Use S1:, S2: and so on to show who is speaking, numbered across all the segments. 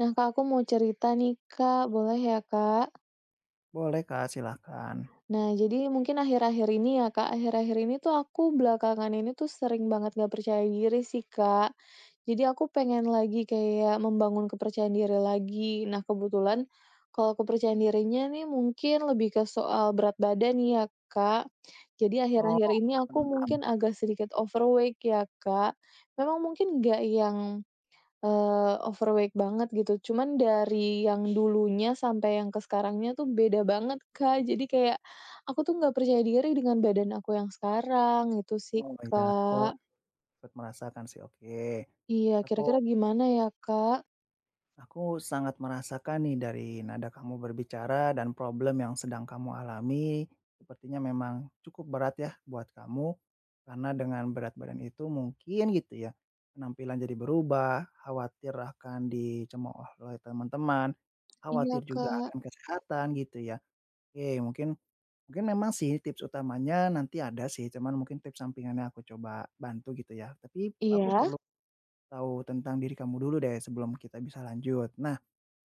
S1: Nah, Kak, aku mau cerita nih, Kak. Boleh ya, Kak?
S2: Boleh Kak, silakan.
S1: Nah, jadi mungkin akhir-akhir ini ya, Kak, akhir-akhir ini tuh aku belakangan ini tuh sering banget gak percaya diri sih, Kak. Jadi aku pengen lagi kayak membangun kepercayaan diri lagi. Nah, kebetulan kalau kepercayaan dirinya nih mungkin lebih ke soal berat badan ya, Kak. Jadi
S2: Oh,
S1: akhir-akhir ini aku
S2: mmm, paham.
S1: mungkin agak sedikit overweight ya, Kak. Memang mungkin nggak yang overweight banget gitu, cuman dari yang dulunya sampai yang ke sekarangnya tuh beda banget, Kak. Jadi kayak aku tuh nggak percaya diri dengan badan aku yang sekarang, itu sih,
S2: Oh iya, aku
S1: Oh. Kak.
S2: ikut merasakan sih, oke.
S1: Iya,
S2: Aku
S1: kira-kira gimana ya, Kak?
S2: aku sangat merasakan nih dari nada kamu berbicara dan problem yang sedang kamu alami, sepertinya memang cukup berat ya buat kamu, karena dengan berat badan itu mungkin gitu ya, penampilan jadi berubah, khawatir akan dicemooh oleh teman-teman,
S1: Iya,
S2: khawatir juga
S1: Kak.
S2: akan kesehatan gitu ya. Oke, mungkin Mungkin memang sih tips utamanya nanti ada sih, cuman mungkin tips sampingannya aku coba bantu gitu ya. Tapi aku
S1: Iya?
S2: perlu tahu tentang diri kamu dulu deh sebelum kita bisa lanjut. Nah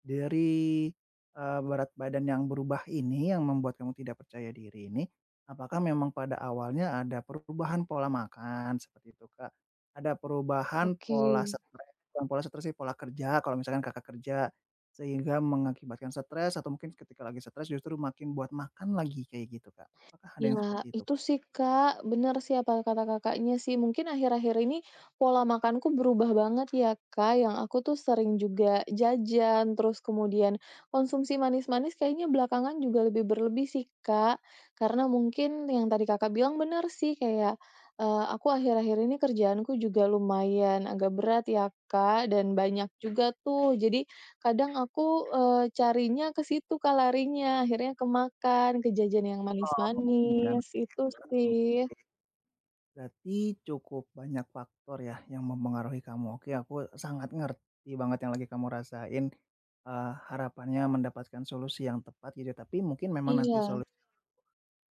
S2: dari, berat badan yang berubah ini yang membuat kamu tidak percaya diri ini, apakah memang pada awalnya ada perubahan pola makan seperti itu, Kak? Ada perubahan
S1: Oke.
S2: pola stres bukan pola stres sih, pola kerja kalau misalkan Kakak kerja, sehingga mengakibatkan stres atau mungkin ketika lagi stres justru makin buat makan lagi kayak gitu, Kak? Apakah ada yang
S1: Ya
S2: seperti itu,
S1: itu
S2: Kak?
S1: sih, Kak, bener sih apa kata Kakaknya sih. Mungkin akhir-akhir ini pola makanku berubah banget ya, Kak, yang aku tuh sering juga jajan, terus kemudian konsumsi manis-manis kayaknya belakangan juga lebih berlebih sih, Kak. Karena mungkin yang tadi Kakak bilang bener sih, kayak, aku akhir-akhir ini kerjaanku juga lumayan agak berat ya, Kak, dan banyak juga tuh. Jadi Kadang aku, carinya ke situ Kak larinya, akhirnya kemakan, ke jajan yang
S2: Oh, enggak
S1: manis-manis,
S2: berarti
S1: itu
S2: ya,
S1: sih.
S2: oke. Berarti cukup banyak faktor ya yang mempengaruhi kamu. Oke, aku sangat ngerti banget yang lagi kamu rasain, harapannya mendapatkan solusi yang tepat gitu, tapi mungkin memang nanti
S1: Iya.
S2: solusi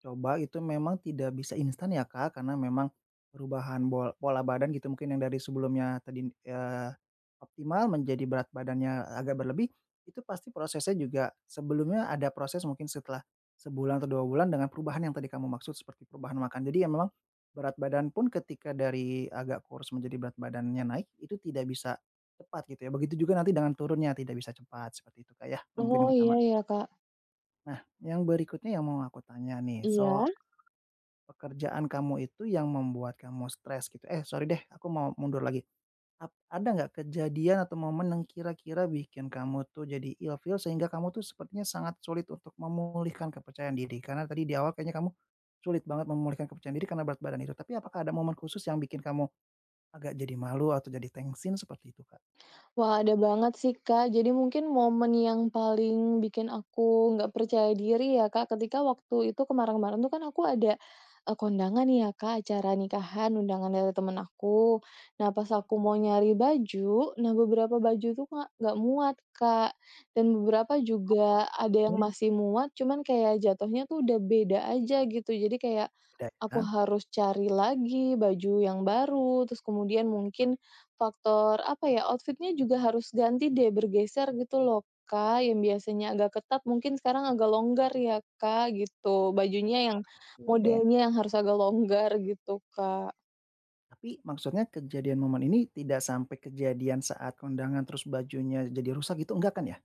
S2: coba itu memang tidak bisa instan ya Kak, karena memang perubahan pola badan gitu mungkin yang dari sebelumnya tadi, optimal menjadi berat badannya agak berlebih, itu pasti prosesnya juga sebelumnya ada proses mungkin setelah sebulan atau 2 bulan dengan perubahan yang tadi kamu maksud seperti perubahan makan. Jadi ya memang berat badan pun ketika dari agak kurus menjadi berat badannya naik itu tidak bisa cepat gitu ya. Begitu juga nanti dengan turunnya tidak bisa cepat seperti itu Kak ya, mungkin yang
S1: Oh, iya
S2: pertama.
S1: ya Kak.
S2: Nah yang berikutnya yang mau aku tanya nih so
S1: Iya.
S2: pekerjaan kamu itu yang membuat kamu stres gitu eh, sorry deh aku mau mundur lagi. Ada nggak kejadian atau momen yang kira-kira bikin kamu tuh jadi ilfeel sehingga kamu tuh sepertinya sangat sulit untuk memulihkan kepercayaan diri? Karena tadi di awal kayaknya kamu sulit banget memulihkan kepercayaan diri karena berat badan itu. Tapi apakah ada momen khusus yang bikin kamu agak jadi malu atau jadi tensin seperti itu, Kak?
S1: Wah, ada banget sih, Kak. Jadi mungkin momen yang paling bikin aku nggak percaya diri ya, Kak, ketika waktu itu kemarin-kemarin tuh kan aku ada, kondangan nih ya, Kak, acara nikahan, undangan dari temen aku. Nah, pas aku mau nyari baju, nah beberapa baju tuh nggak muat, Kak, dan beberapa juga ada yang
S2: Mhm.
S1: masih muat, cuman kayak jatuhnya tuh udah beda aja gitu. Jadi kayak
S2: Beda
S1: aku
S2: ya?
S1: harus cari lagi baju yang baru, terus kemudian mungkin faktor apa ya, outfitnya juga harus ganti deh, bergeser gitu loh, Kak, yang biasanya agak ketat mungkin sekarang agak longgar ya, Kak, gitu. Bajunya yang
S2: Mhm. Oke.
S1: modelnya yang harus agak longgar gitu, Kak.
S2: Tapi maksudnya kejadian momen ini tidak sampai kejadian saat kondangan terus bajunya jadi rusak gitu, enggak kan ya?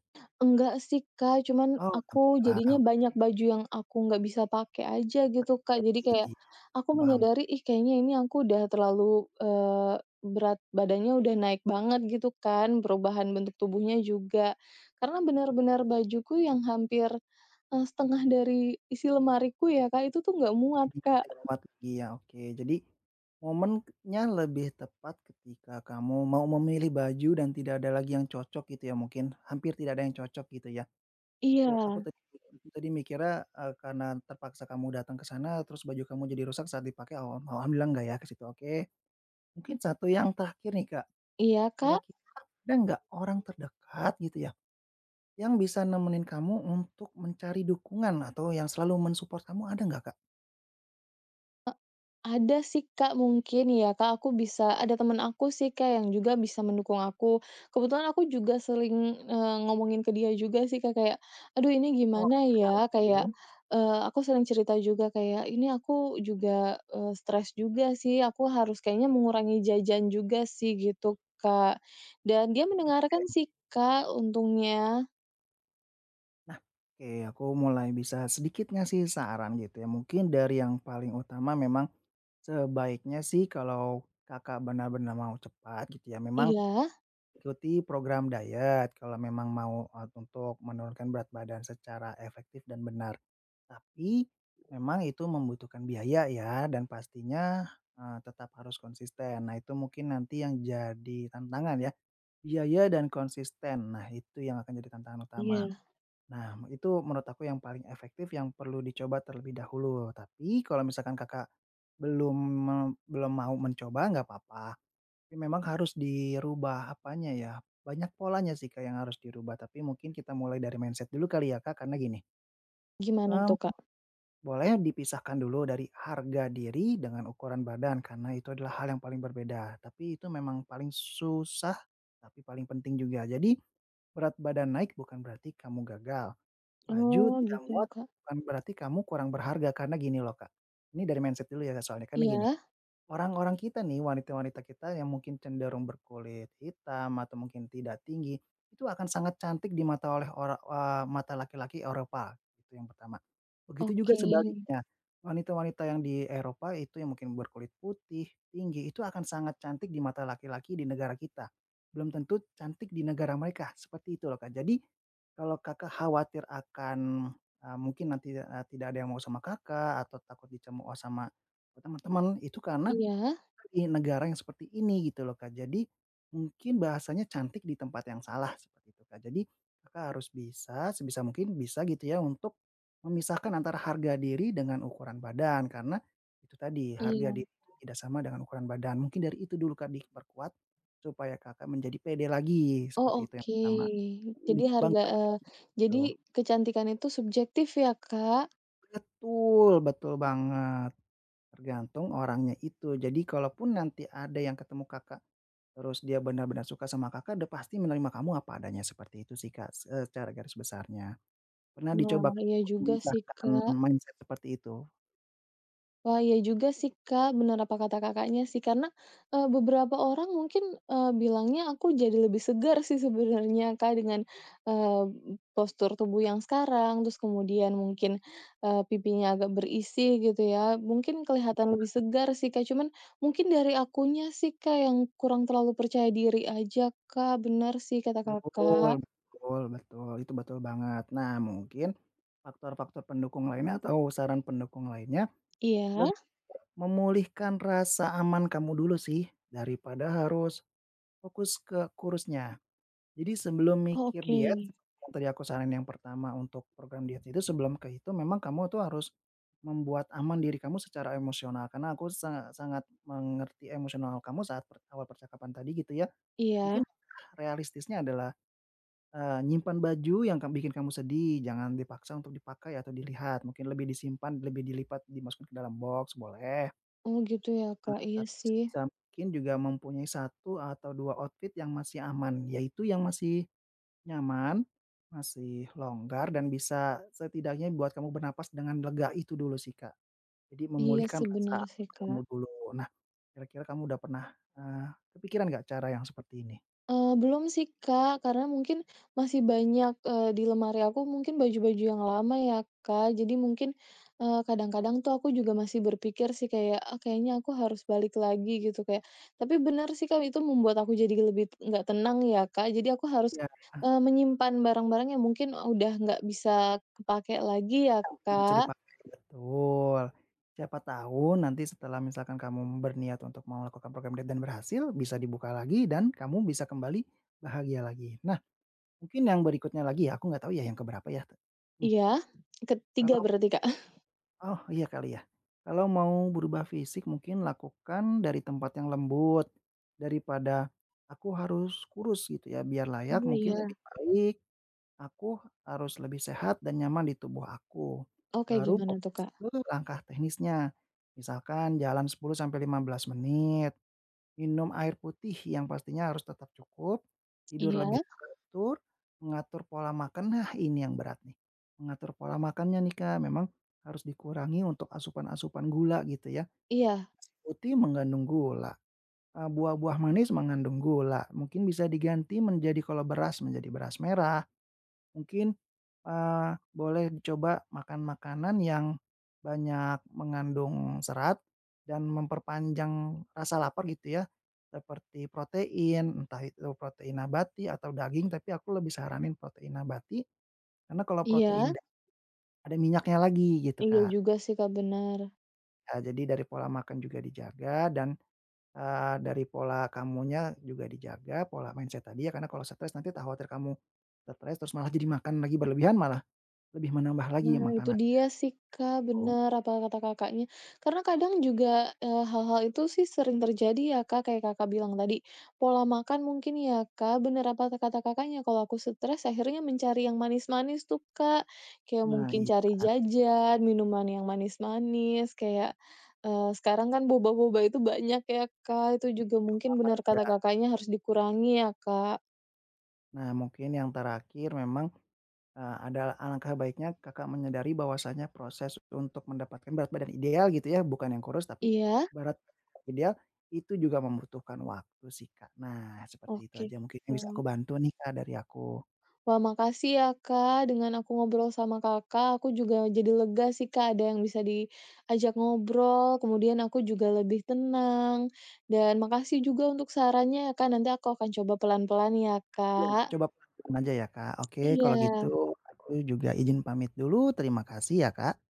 S1: Enggak sih, Kak, cuman
S2: Oh,
S1: aku jadinya
S2: alhamdulillah.
S1: banyak baju yang aku nggak bisa pakai aja gitu, Kak. Jadi kayak
S2: Iya,
S1: aku
S2: paham.
S1: menyadari, ih kayaknya ini aku udah terlalu, berat badannya udah naik banget gitu kan, perubahan bentuk tubuhnya juga. Karena benar-benar bajuku yang hampir, setengah dari isi lemariku ya, Kak, itu tuh nggak muat,
S2: Jadi
S1: Kak.
S2: nggak kuat lagi ya, oke. Jadi, momennya lebih tepat ketika kamu mau memilih baju dan tidak ada lagi yang cocok gitu ya mungkin, hampir tidak ada yang cocok gitu ya.
S1: Iya,
S2: Aku aku tadi aku tadi mikirnya, karena terpaksa kamu datang ke sana terus baju kamu jadi rusak saat dipakai, alhamdulillah enggak ya ke situ, oke. Mungkin satu yang terakhir nih, Kak,
S1: iya, Kak?
S2: kira-kira ada nggak orang terdekat gitu ya, yang bisa nemenin kamu untuk mencari dukungan atau yang selalu mensupport kamu ada nggak, Kak?
S1: Ada sih Kak, mungkin ya Kak, aku bisa ada temen aku sih Kak, yang juga bisa mendukung aku. Kebetulan aku juga sering, ngomongin ke dia juga sih Kak, kayak, "Aduh ini
S2: Oh,
S1: gimana
S2: oke
S1: ya?" Kayak,
S2: oke.
S1: aku sering cerita juga kayak, "Ini aku juga, stres juga sih, aku harus kayaknya mengurangi jajan juga sih," gitu Kak. Dan dia mendengarkan sih Kak, untungnya.
S2: Nah, oke aku mulai bisa sedikit ngasih saran gitu ya, mungkin dari yang paling utama memang sebaiknya sih kalau Kakak benar-benar mau cepat gitu ya, memang
S1: Iya?
S2: ikuti program diet kalau memang mau, untuk menurunkan berat badan secara efektif dan benar. Tapi memang itu membutuhkan biaya ya dan pastinya, tetap harus konsisten. Nah itu mungkin nanti yang jadi tantangan ya, biaya dan konsisten. Nah itu yang akan jadi tantangan utama.
S1: Iya.
S2: Nah, itu menurut aku yang paling efektif yang perlu dicoba terlebih dahulu. Tapi kalau misalkan Kakak belum me belum mau mencoba nggak apa-apa tapi memang harus dirubah apanya ya, banyak polanya sih, Kak, yang harus dirubah. Tapi mungkin kita mulai dari mindset dulu kali ya, Kak, karena gini,
S1: Gimana
S2: mmm,
S1: tuh Kak?
S2: boleh dipisahkan dulu dari harga diri dengan ukuran badan karena itu adalah hal yang paling berbeda. Tapi itu memang paling susah, tapi paling penting juga. Jadi berat badan naik bukan berarti kamu gagal. Baju
S1: Oh
S2: tidak
S1: gitu ya
S2: muat
S1: Kak.
S2: bukan berarti kamu kurang berharga, karena gini loh, Kak, ini dari mindset dulu ya soalnya, karena gini,
S1: Iya?
S2: orang-orang kita nih, wanita-wanita kita yang mungkin cenderung berkulit hitam atau mungkin tidak tinggi, itu akan sangat cantik di mata mata laki-laki Eropa, itu yang pertama. Begitu juga
S1: Oke.
S2: sebaliknya, wanita-wanita yang di Eropa itu yang mungkin berkulit putih, tinggi, itu akan sangat cantik di mata laki-laki di negara kita, belum tentu cantik di negara mereka, seperti itu loh, Kak. Jadi kalau Kakak khawatir akan, mungkin nanti, tidak ada yang mau sama Kakak atau takut dicemooh sama teman-teman, itu karena
S1: Iya?
S2: di negara yang seperti ini gitu loh, Kak. Jadi mungkin bahasanya cantik di tempat yang salah seperti itu, Kak. Jadi Kakak harus bisa sebisa mungkin bisa gitu ya untuk memisahkan antara harga diri dengan ukuran badan karena itu tadi harga
S1: Iya.
S2: diri itu tidak sama dengan ukuran badan. Mungkin dari itu dulu, Kak, diperkuat supaya Kakak menjadi pede lagi
S1: Oh,
S2: seperti itu yang
S1: oke.
S2: pertama.
S1: Jadi
S2: Dicoba
S1: harga
S2: nggak, Kak,
S1: eh
S2: kayak
S1: jadi
S2: gitu?
S1: kecantikan itu subjektif ya, Kak?
S2: Betul, betul banget. Tergantung orangnya itu. Jadi kalaupun nanti ada yang ketemu Kakak, terus dia benar-benar suka sama Kakak, udah pasti menerima kamu apa adanya, seperti itu sih, Kak, secara garis besarnya. Pernah dicoba
S1: Wah,
S2: Kak
S1: iya
S2: untuk
S1: juga sih,
S2: memisahkan
S1: Kak.
S2: mindset seperti itu?
S1: Wah, iya juga sih, Kak, Benar apa kata Kakaknya sih, karena, beberapa orang mungkin, bilangnya aku jadi lebih segar sih sebenarnya, Kak, dengan, eee, postur tubuh yang sekarang, terus kemudian mungkin, pipinya agak berisi gitu ya, mungkin kelihatan lebih segar sih, Kak, cuman mungkin dari akunya sih, Kak, yang kurang terlalu percaya diri aja, Kak, Benar sih kata
S2: Betul
S1: Kakak.
S2: betul betul, itu betul banget. Nah, mungkin faktor-faktor pendukung lainnya atau saran pendukung lainnya,
S1: Iya?
S2: leb memulihkan rasa aman kamu dulu sih, daripada harus fokus ke kurusnya. Jadi sebelum
S1: Oh,
S2: mikir
S1: oke.
S2: diet, yang tadi aku saranin yang pertama untuk program diet itu sebelum ke itu memang kamu tuh harus membuat aman diri kamu secara emosional, karena aku sangat mengerti emosional kamu saat per awal percakapan tadi gitu ya. Mungkin
S1: Iya?
S2: realistisnya adalah, nyimpan baju yang bikin kamu sedih, jangan dipaksa untuk dipakai atau dilihat, mungkin lebih disimpan, lebih dilipat, dimasukin ke dalam box boleh.
S1: Oh, gitu ya,
S2: Nah,
S1: Kak, iya
S2: tapi
S1: sih.
S2: sebisa mungkin juga mempunyai satu atau 2 outfit yang masih aman, yaitu yang masih nyaman, masih longgar dan bisa setidaknya buat kamu bernapas dengan lega itu dulu sih, Kak. Jadi
S1: Iya
S2: memulihkan
S1: sih, benar
S2: rasa aman
S1: sih,
S2: kamu
S1: Kak.
S2: dulu. Nah, kira-kira kamu udah pernah, eee, kepikiran nggak cara yang seperti ini?
S1: Belum sih, Kak, karena mungkin masih banyak, di lemari aku mungkin baju-baju yang lama ya, Kak. Jadi mungkin, kadang-kadang tuh aku juga masih berpikir sih kayak, "Ah, kayaknya aku harus balik lagi," gitu kayak tapi bener sih, Kak, itu membuat aku jadi lebih nggak tenang ya, Kak. Jadi aku harus,
S2: Iya,
S1: menyimpan barang-barang yang mungkin udah nggak bisa kepakai lagi ya,
S2: bisa
S1: Kak.
S2: dipakai, betul. Siapa tahu nanti setelah misalkan kamu berniat untuk mau melakukan program diet dan berhasil, bisa dibuka lagi dan kamu bisa kembali bahagia lagi. Nah, mungkin yang berikutnya lagi ya, aku nggak tahu ya yang keberapa ya, nih,
S1: Iya, ketiga
S2: kalau
S1: berarti, Kak.
S2: oh, iya kali ya. Kalau mau berubah fisik mungkin lakukan dari tempat yang lembut, daripada aku harus kurus gitu ya biar layak
S1: Oh,
S2: mungkin
S1: iya.
S2: lebih baik aku harus lebih sehat dan nyaman di tubuh aku.
S1: Oke,
S2: Baru
S1: gimana tuh,
S2: fokus
S1: Kak?
S2: ke langkah teknisnya, misalkan jalan 10 sampai 15 menit, minum air putih yang pastinya harus tetap cukup, tidur lebih
S1: Iya
S2: teratur, mengatur pola makan, nah ini yang berat nih. Mengatur pola makannya nih Kak, memang harus dikurangi untuk asupan-asupan gula gitu ya.
S1: iya
S2: Nasi putih mengandung gula, buah-buah manis mengandung gula, mungkin bisa diganti menjadi kalau beras menjadi beras merah. Mungkin, boleh dicoba makan makanan yang banyak mengandung serat dan memperpanjang rasa lapar gitu ya, seperti protein, entah itu protein nabati atau daging, tapi aku lebih saranin protein nabati, karena kalau protein
S1: iya
S2: da ada minyaknya lagi gitu,
S1: iya
S2: Kak.
S1: juga sih, Kak, bener.
S2: Jadi dari pola makan juga dijaga dan, dari pola kamunya juga dijaga, pola mindset tadi ya, karena kalau stres nanti tak khawatir kamu stres terus malah jadi makan lagi berlebihan, malah lebih menambah lagi
S1: Nah, itu
S2: makanan.
S1: dia sih, Kak,
S2: Oh,
S1: bener apa kata Kakaknya. Karena kadang juga, hal-hal itu sih sering terjadi ya, Kak, kayak Kakak bilang tadi, pola makan mungkin ya, Kak, bener apa kata Kakaknya, kalau aku stres akhirnya mencari yang manis-manis tuh, Kak. Kayak
S2: nah
S1: mungkin
S2: iya
S1: cari jajan, minuman yang manis-manis, kayak, sekarang kan boba-boba itu banyak ya, Kak, itu juga
S2: betul
S1: mungkin
S2: banget,
S1: bener kata
S2: Kak.
S1: Kakaknya harus dikurangi ya, Kak.
S2: Nah mungkin yang terakhir memang, ada alangkah baiknya Kakak menyadari bahwasanya proses untuk mendapatkan berat badan ideal gitu ya, bukan yang kurus tapi
S1: Iya?
S2: berat badan ideal, itu juga membutuhkan waktu sih, Kak. Nah seperti itu
S1: Oke,
S2: aja mungkin yang bisa aku
S1: Kak.
S2: bantu nih, Kak, dari aku.
S1: Wah, makasih ya, Kak. Dengan aku ngobrol sama Kakak, aku juga jadi lega sih, Kak, ada yang bisa diajak ngobrol, kemudian aku juga lebih tenang. Dan makasih juga untuk sarannya ya, Kak, nanti aku akan coba pelan-pelan ya, Kak.
S2: Coba pelan-pelan aja ya, Kak. Oke
S1: Iya.
S2: kalau gitu aku juga izin pamit dulu, terima kasih ya, Kak.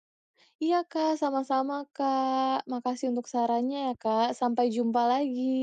S1: Iya, Kak, sama-sama, Kak. Makasih untuk sarannya ya, Kak. Sampai jumpa lagi.